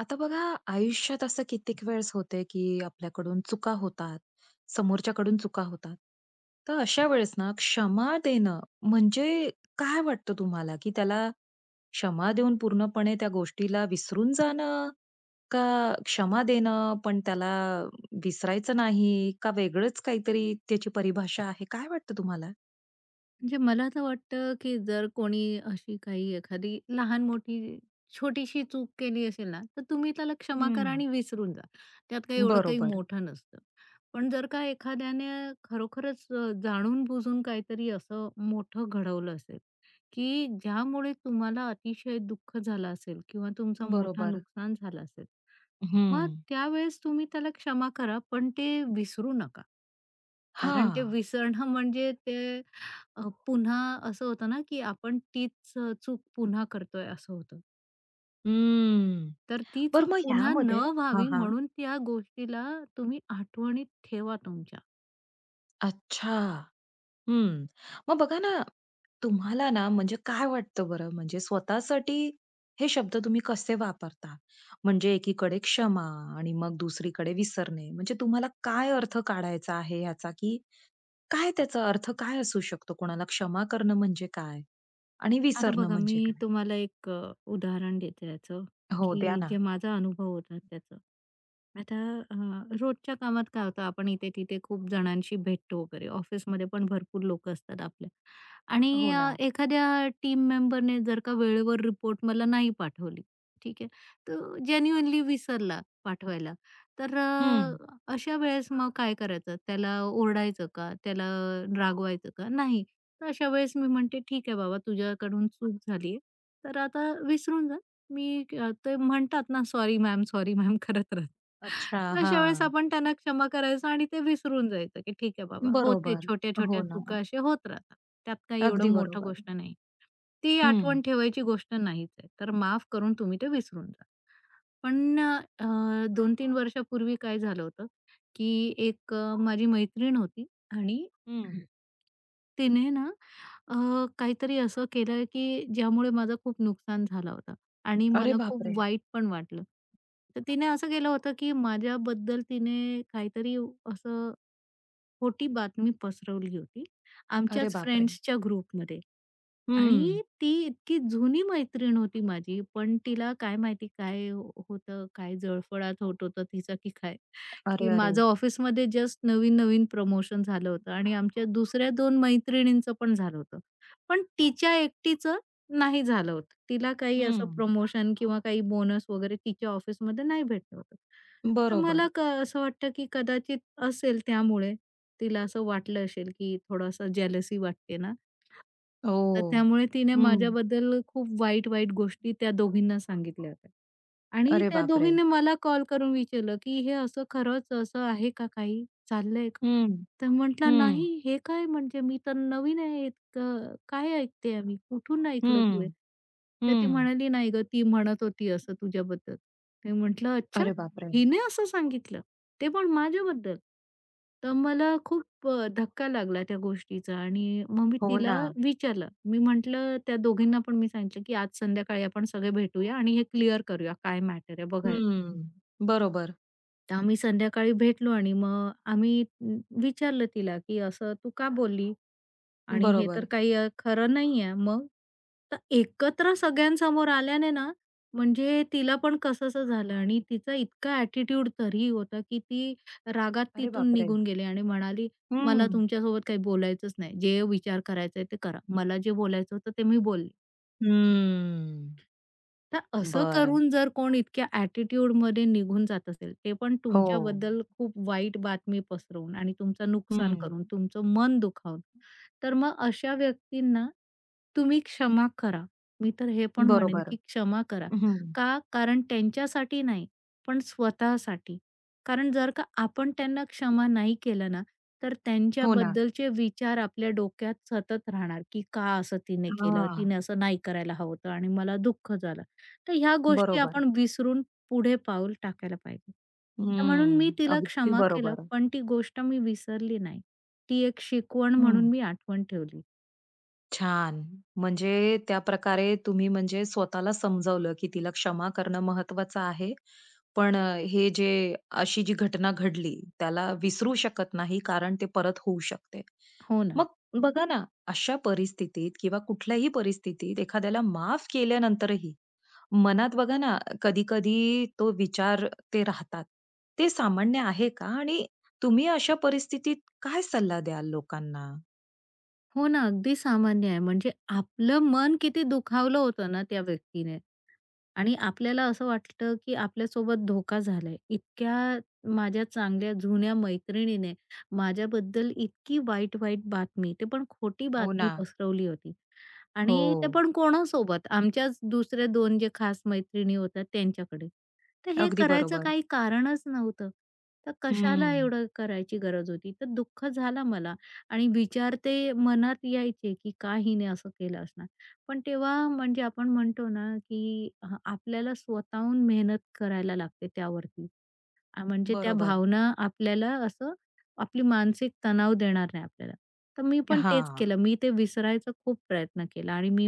आता बघा, आयुष्यात असं कित्येक वेळेस होते की आपल्याकडून चुका होतात, समोरच्याकडून चुका होतात. तर अशा वेळेस ना क्षमा देणं म्हणजे काय वाटतं तुम्हाला की त्याला क्षमा देऊन पूर्णपणे त्या गोष्टीला विसरून जाणं? का क्षमा देणं पण त्याला विसरायचं नाही? का वेगळंच काहीतरी त्याची परिभाषा आहे? काय वाटतं तुम्हाला? म्हणजे मला तर वाटतं, की जर कोणी अशी काही एखादी लहान-मोठी छोटीशी चूक केली असेल ना, तर तुम्ही त्याला क्षमा करा हं. आणि विसरून जा. त्यात काही एवढं काही बरोबर, मोठं नसतं. पण जर का एखाद्याने खरोखरच जाणून-बुजून काहीतरी असं मोठं घडवलं असेल, की ज्यामुळे तुम्हाला अतिशय दुःख झालं असेल किंवा तुमचं मोठा बरोबर. नुकसान झालं असेल, मग हं. त्यावेळेस तुम्ही त्याला क्षमा करा, पण ते विसरू नका. कारण ते हां. विसरणं म्हणजे ते पुन्हा असं होतं ना, की आपण तीच चूक पुन्हा करतोय असं होतं. हं. तर ती बरं चूक मग पुन्हा न ह्यामध्ये हां, व्हावी हां. म्हणून त्या गोष्टीला तुम्ही आठवणीत ठेवा तुमच्या. अच्छा. हं. मग बघा ना, तुम्हाला ना म्हणजे काय वाटतं बरं म्हणजे स्वतःसाठी हे शब्द तुम्ही कसे वापरता? म्हणजे एकीकडे क्षमा आणि मग दुसरीकडे विसरणे. म्हणजे तुम्हाला काय अर्थ काढायचा आहे याचा, की काय त्याचा अर्थ काय असू शकतो? कोणाला क्षमा करणं म्हणजे काय? आणि आता विसरणं बघा, म्हणजे मी काय? तुम्हाला एक उदाहरण देते याचं, हो, द्या की ना. जे माझा अनुभव होता त्याचं. आता अ, रोजच्या कामात काय होतं, आपण इथे-तिथे खूप जणांशी भेटतो वगैरे. ऑफिसमध्ये पण भरपूर लोकं असतात आपल्या आणि हो ना. एखाद्या टीम मेंबरने जर का वेळेवर रिपोर्ट मला नाही पाठवली, ठीक आहे. तर जेन्युइनली विसरला पाठवायला. तर हं. अशा वेळेस मग काय करायचं? त्याला ओरडायचं का? त्याला रागवायचं का? नाही. तर अशा वेळेस मी म्हणते, "ठीक आहे बाबा, तुझ्याकडून चूक झाली आहे, तर आता विसरून जा." मी ते म्हणतात ना, "सॉरी मॅम, सॉरी मॅम" करत राहतात. अच्छा. तर अशा वेळेस हां. आपण त्यांना क्षमा करायचं आणि ते विसरून जायचं, की ठीक आहे बाबा, होते बरोबर. छोट्या-छोट्या हो ना. चुका असे होत राहतात. त्यात काही एवढं अगदी मोठं बरोबर. गोष्ट नाही. ती हं, आठवण ठेवायची गोष्ट नाहीच आहे. तर माफ करून तुम्ही ते विसरून जा. पण 2-3 वर्षापूर्वी काय झालं होतं, की एक माझी मैत्रीण होती आणि हं. तिने ना अ, काहीतरी असं केलं की ज्यामुळे माझं खूप नुकसान झालं होतं आणि अरे मला खूप बापरे! वाईट पण वाटलं. तर तिने असं केलं होतं की माझ्याबद्दल तिने काहीतरी असं खोटी बातमी पसरवली होती अरे आमच्याच बापरे! फ्रेंड्सच्या ग्रुपमध्ये. हं. आणि ती इतकी जुनी मैत्रीण होती माझी, पण तिला काय माहिती काय होतं, काय जळफळाट होत होतं तिचं की काय, अरे, की अरे! माझं ऑफिसमध्ये जस्ट नवीन-नवीन प्रमोशन झालं होतं आणि आमच्या दुसऱ्या 2 मैत्रिणींचं पण झालं होतं. पण तिच्या एकटीचं नाही झालं होतं. तिला काही असं हं. प्रमोशन किंवा काही बोनस वगैरे तिच्या ऑफिसमध्ये नाही भेटलं होतं. तर मला बरोबर. असं वाटतं, की कदाचित असेल त्यामुळे. तिला असं वाटलं असेल, की थोडासा जेलसी वाटते ना, तर हो. त्यामुळे तिने हं. माझ्याबद्दल खूप वाईट-वाईट गोष्टी त्या दोघींना सांगितल्या होत्या. आणि अरे त्या बापरे! दोघींनी मला कॉल करून विचारलं, की "हे असं खरंच असं आहे का काही? चाललंय का?" हं, तर म्हटलं, हं, "नाही, हे काय म्हणजे मी तर नवीन आहे. इतकं काय ऐकते आहे मी? कुठून ऐकलं तू हे?" हं, तर ती हं. म्हणाली, "नाही गं, ती म्हणत होती असं तुझ्याबद्दल." मी म्हटलं, "अच्छा, अरे बापरे! हिने असं सांगितलं?" ते पण माझ्याबद्दल. तर मला खूप धक्का लागला त्या गोष्टीचा आणि मग मी हो तिला ना. विचारलं. मी म्हटलं त्या दोघींना पण मी सांगितलं, की आज संध्याकाळी आपण सगळे भेटूया आणि हे क्लिअर करूया काय मॅटर आहे बघाय. हं. बरोबर, तर आम्ही संध्याकाळी भेटलो आणि मग आम्ही विचारलं तिला, की "असं तू का बोलली?" आणि हे तर बरोबर. काही खरं नाहीये. मग? तर एकत्र सगळ्यांसमोर आल्याने ना, म्हणजे तिला पण कसंसं झालं आणि तिचा इतका ॲटिट्यूड तरीही होता, की ती रागात अरे तिथून बापरे! निघून गेली आणि म्हणाली, "मला हं. तुमच्यासोबत काही बोलायचंच नाही. जे विचार करायचंय ते करा. मला जे बोलायचं होतं ते मी बोलले." हम्म. तर असं बरं. करून जर कोण इतक्या ॲटिट्यूडमध्ये निघून जात असेल, ते पण हो. तुमच्याबद्दल खूप वाईट बातमी पसरवून आणि तुमचं नुकसान हं. करून, तुमचं मन दुखावून, तर मग अशा व्यक्तींना तुम्ही क्षमा करा. मी तर हे पण म्हणेन, बरोबर. की क्षमा करा. हं. का? कारण त्यांच्यासाठी नाही, पण स्वतःसाठी. कारण जर का आपण त्यांना क्षमा नाही केलं ना, तर हो ना. त्यांच्याबद्दलचे विचार आपल्या डोक्यात सतत राहणार, की का असं तिने केलं? हां. तिने असं नाही करायला हवं होतं आणि मला दुःख झालं. तर ह्या गोष्टी बरोबर. आपण विसरून पुढे पाऊल टाकायला पाहिजे. तर म्हणून मी हं. तिला अगदी क्षमा केलं, बरोबर. पण ती गोष्ट मी विसरली नाही. ती एक शिकवण हं. म्हणून मी आठवण ठेवली. छान. म्हणजे त्या प्रकारे तुम्ही म्हणजे स्वतःला समजावलं, की तिला क्षमा करणं महत्वाचं आहे. पण हे जे अशी जी घटना घडली, त्याला विसरू शकत नाही कारण ते परत होऊ शकते. हो ना. मग बघा ना, अशा परिस्थितीत किंवा कुठल्याही परिस्थितीत एखाद्याला माफ केल्यानंतरही मनात बघा ना, कधी-कधी तो विचार ते राहतात. ते सामान्य आहे का? आणि तुम्ही अशा परिस्थितीत काय सल्ला द्याल लोकांना? हो ना, अगदी सामान्य आहे. म्हणजे आपलं मन किती दुखावलं होतं ना त्या व्यक्तीने. आणि आपल्याला असं वाटलं, की आपल्यासोबत धोका झालाय. इतक्या माझ्या चांगल्या जुन्या मैत्रिणीने माझ्याबद्दल इतकी वाईट-वाईट बातमी, ते पण खोटी हो बातमी ना. पसरवली होती. आणि ते हो. पण कोणासोबत? आमच्याच दुसऱ्या दोन जे खास मैत्रिणी होत्या त्यांच्याकडे. तर हे अगदी करायचं बरोबर. काही कारणच नव्हतं. तर कशाला हं. एवढं करायची गरज होती? तर दुःख झाला मला आणि विचार ते मनात यायचे, की का हिने असं केलं असणार? पण तेव्हा म्हणजे आपण म्हणतो ना, की आपल्याला स्वतःहून मेहनत करायला लागते त्यावरती. म्हणजे त्या बरोबर. भावना आपल्याला असं आपली मानसिक तणाव देणार नाही आपल्याला. तर मी पण तेच हां. केलं. मी ते विसरायचा खूप प्रयत्न केला आणि मी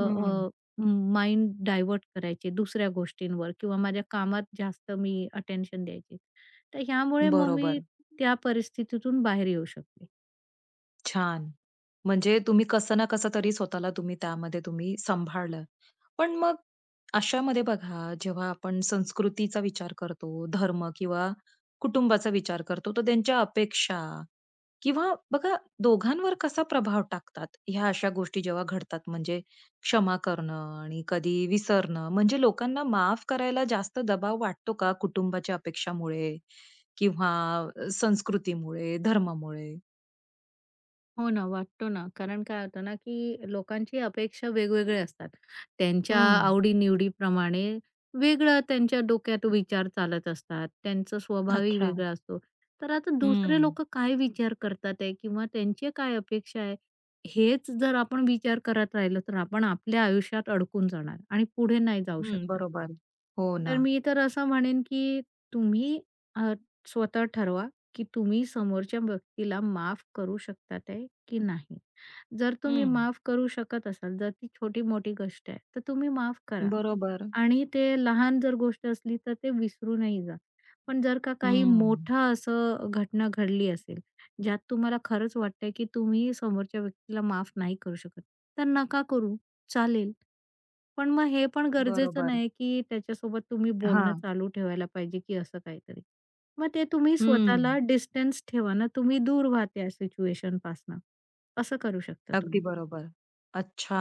हं. माइंड डायव्हर्ट करायचे दुसऱ्या गोष्टींवर किंवा माझ्या कामात जास्त मी अटेन्शन द्यायचे. तर ह्यामुळे मग मी बरोबर. त्या परिस्थितीतून बाहेर येऊ शकते. छान. म्हणजे तुम्ही कसं ना कसं तरी स्वतःला तुम्ही त्यामध्ये तुम्ही सांभाळलं. पण मग अशामध्ये बघा, जेव्हा आपण संस्कृतीचा विचार करतो, धर्म किंवा कुटुंबाचा विचार करतो, तर त्यांच्या अपेक्षा किंवा बघा दोघांवर कसा प्रभाव टाकतात ह्या अशा गोष्टी जेव्हा घडतात म्हणजे क्षमा करणं आणि कधी विसरणं म्हणजे लोकांना माफ करायला जास्त दबाव वाटतो का कुटुंबाच्या अपेक्षामुळे किंवा संस्कृतीमुळे धर्मामुळे. हो ना, वाटतो ना. कारण काय होतं ना, की लोकांची अपेक्षा वेगवेगळे असतात. त्यांच्या हम्म. आवडी-निवडीप्रमाणे वेगळं त्यांच्या डोक्यात विचार चालत असतात. त्यांचा स्वभावही अच्छा. वेगळा असतो. तर आता दुसरे हम्म. लोकं काय विचार करतात आहे किंवा त्यांची काय अपेक्षा आहे, हेच जर आपण विचार करत राहिलो, तर आपण आपल्या आयुष्यात अडकून जाणार आणि पुढे नाही जाऊ हम्म. शकणार. बरोबर. हो तर ना. मी तर असं म्हणेन, की तुम्ही अ, स्वतः ठरवा, की तुम्ही समोरच्या व्यक्तीला माफ करू शकतात आहे की नाही. जर तुम्ही हम्म. माफ करू शकत असाल, जर ती छोटी-मोठी गोष्ट आहे, तर तुम्ही माफ करा बरोबर. आणि ते लहान जर गोष्ट असली, तर ते विसरूनही जा. पण जर का काही हम्म. मोठं असं घटना घडली असेल, ज्यात तुम्हाला खरंच वाटतंय की तुम्ही समोरच्या व्यक्तीला माफ नाही करू शकत, तर नका करू. चालेल. पण मग हे पण गरजेचं बरोबर. नाही, की त्याच्यासोबत तुम्ही हा. बोलणं चालू ठेवायला पाहिजे, की असं काहीतरी. मग ते तुम्ही हम्म. स्वतःला डिस्टन्स ठेवा ना, तुम्ही दूर व्हा त्या सिच्युएशनपासनं. असं करू शकता अगदी तुम्ही. बरोबर. अच्छा.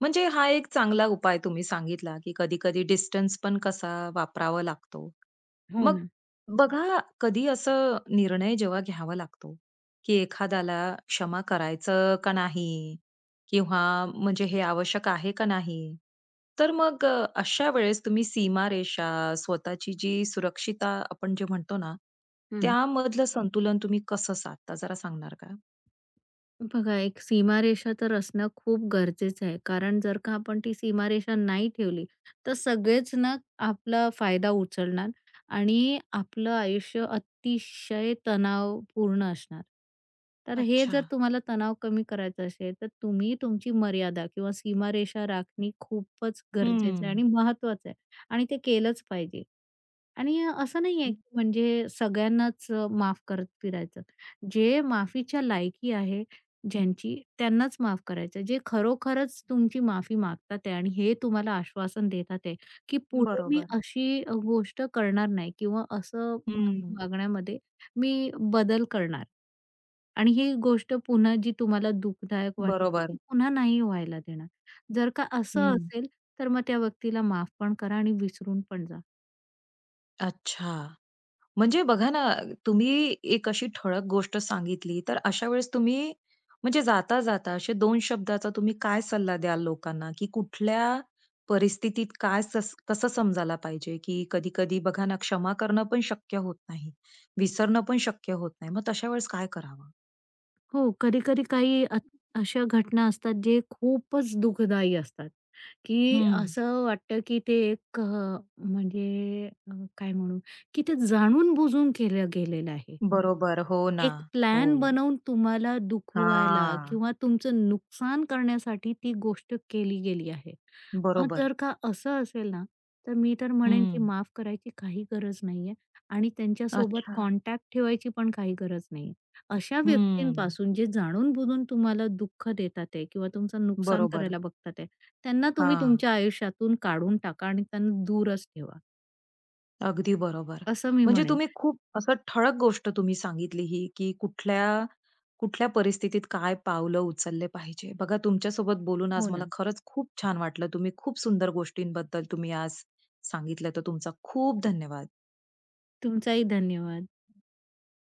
म्हणजे हा एक चांगला उपाय तुम्ही सांगितला, की कधी-कधी डिस्टन्स पण कसा वापरावा लागतो. हो मग ना. बघा, कधी असं निर्णय जेव्हा घ्यावा लागतो, की एखाद्याला क्षमा करायचं का नाही? किंवा म्हणजे हे आवश्यक आहे का नाही? तर मग अशा वेळेस तुम्ही सीमारेषा, स्वतःची जी सुरक्षितता आपण जे म्हणतो ना, हं. त्यामधलं संतुलन तुम्ही कसं साधता? जरा सांगणार का? बघा, एक सीमारेषा तर असणं खूप गरजेचं आहे. कारण जर का आपण ती सीमारेषा नाही ठेवली, तर सगळेच ना आपला फायदा उचलणार आणि आपलं आयुष्य अतिशय तणावपूर्ण असणार. तर हे अच्छा. जर तुम्हाला तणाव कमी करायचा असेल, तर तुम्ही तुमची मर्यादा किंवा सीमारेषा राखणे खूपच गरजेचं आहे हं. आणि महत्त्वाचं आहे आणि ते केलंच पाहिजे. आणि असं नाही आहे, की म्हणजे सगळ्यांनाच माफ करत फिरायचं. जे माफीच्या लायकी आहे ज्यांची त्यांनाच माफ करायचं. जे खरोखरच तुमची माफी मागतात आहे आणि हे तुम्हाला आश्वासन देतात आहे, की पुढे मी बरोबर. अशी गोष्ट करणार नाही किंवा असं हं. माझ्या वागण्यामध्ये मी बदल करणार. आणि ही गोष्ट पुन्हा जी तुम्हाला दुःखदायक वाटते, बरोबर. ती पुन्हा नाही व्हायला देणार. जर का असं हं. असेल, तर मग त्या व्यक्तीला माफ पण करा आणि विसरून पण जा. अच्छा. म्हणजे बघा ना, तुम्ही एक अशी ठळक गोष्ट सांगितली, तर अशा वेळेस तुम्ही म्हणजे जाता-जाता असे दोन शब्दाचा तुम्ही काय सल्ला द्याल लोकांना, की कुठल्या परिस्थितीत काय कसं समजायला पाहिजे? की कधी-कधी बघा ना, क्षमा करणं पण शक्य होत नाही, विसरणं पण शक्य होत नाही. मग तशा वेळेस काय करावं? हो, कधी-कधी काही अशा घटना असतात जे खूपच दुःखदायी असतात, की हं. असं वाटतं की ते एक म्हणजे काय म्हणू, की ते जाणून-बुजून केलं गेलेलं आहे. बरोबर. हो ना. एक हो. प्लॅन बनवून तुम्हाला दुखवायला हां. किंवा तुमचं नुकसान करण्यासाठी ती गोष्ट केली गेली आहे. मग बरोबर. जर का असं असेल ना, तर मी तर म्हणेन की हं. माफ करायची काही गरज नाहीये आणि त्यांच्यासोबत अच्छा. कॉन्टॅक्ट ठेवायची पण काही गरज नाहीये. अशा हं. व्यक्तींपासून जे जाणून-बुजून तुम्हाला दुःख देतात आहे किंवा तुमचं नुकसान बरोबर. करायला बघतात आहे, त्यांना तुम्ही हां. तुमच्या आयुष्यातून काढून टाका आणि त्यांना दूरच ठेवा, अगदी बरोबर. असं मी म्हणजे म्हणेन. तुम्ही खूप असं ठळक गोष्ट तुम्ही सांगितली ही, की कुठल्या कुठल्या परिस्थितीत काय पावलं उचलले पाहिजे. बघा तुमच्यासोबत बोलून आज हो मला ना. खरंच खूप छान वाटलं. तुम्ही खूप सुंदर गोष्टींबद्दल तुम्ही आज सांगितलं. तर तुमचा खूप धन्यवाद. तुमचाही धन्यवाद.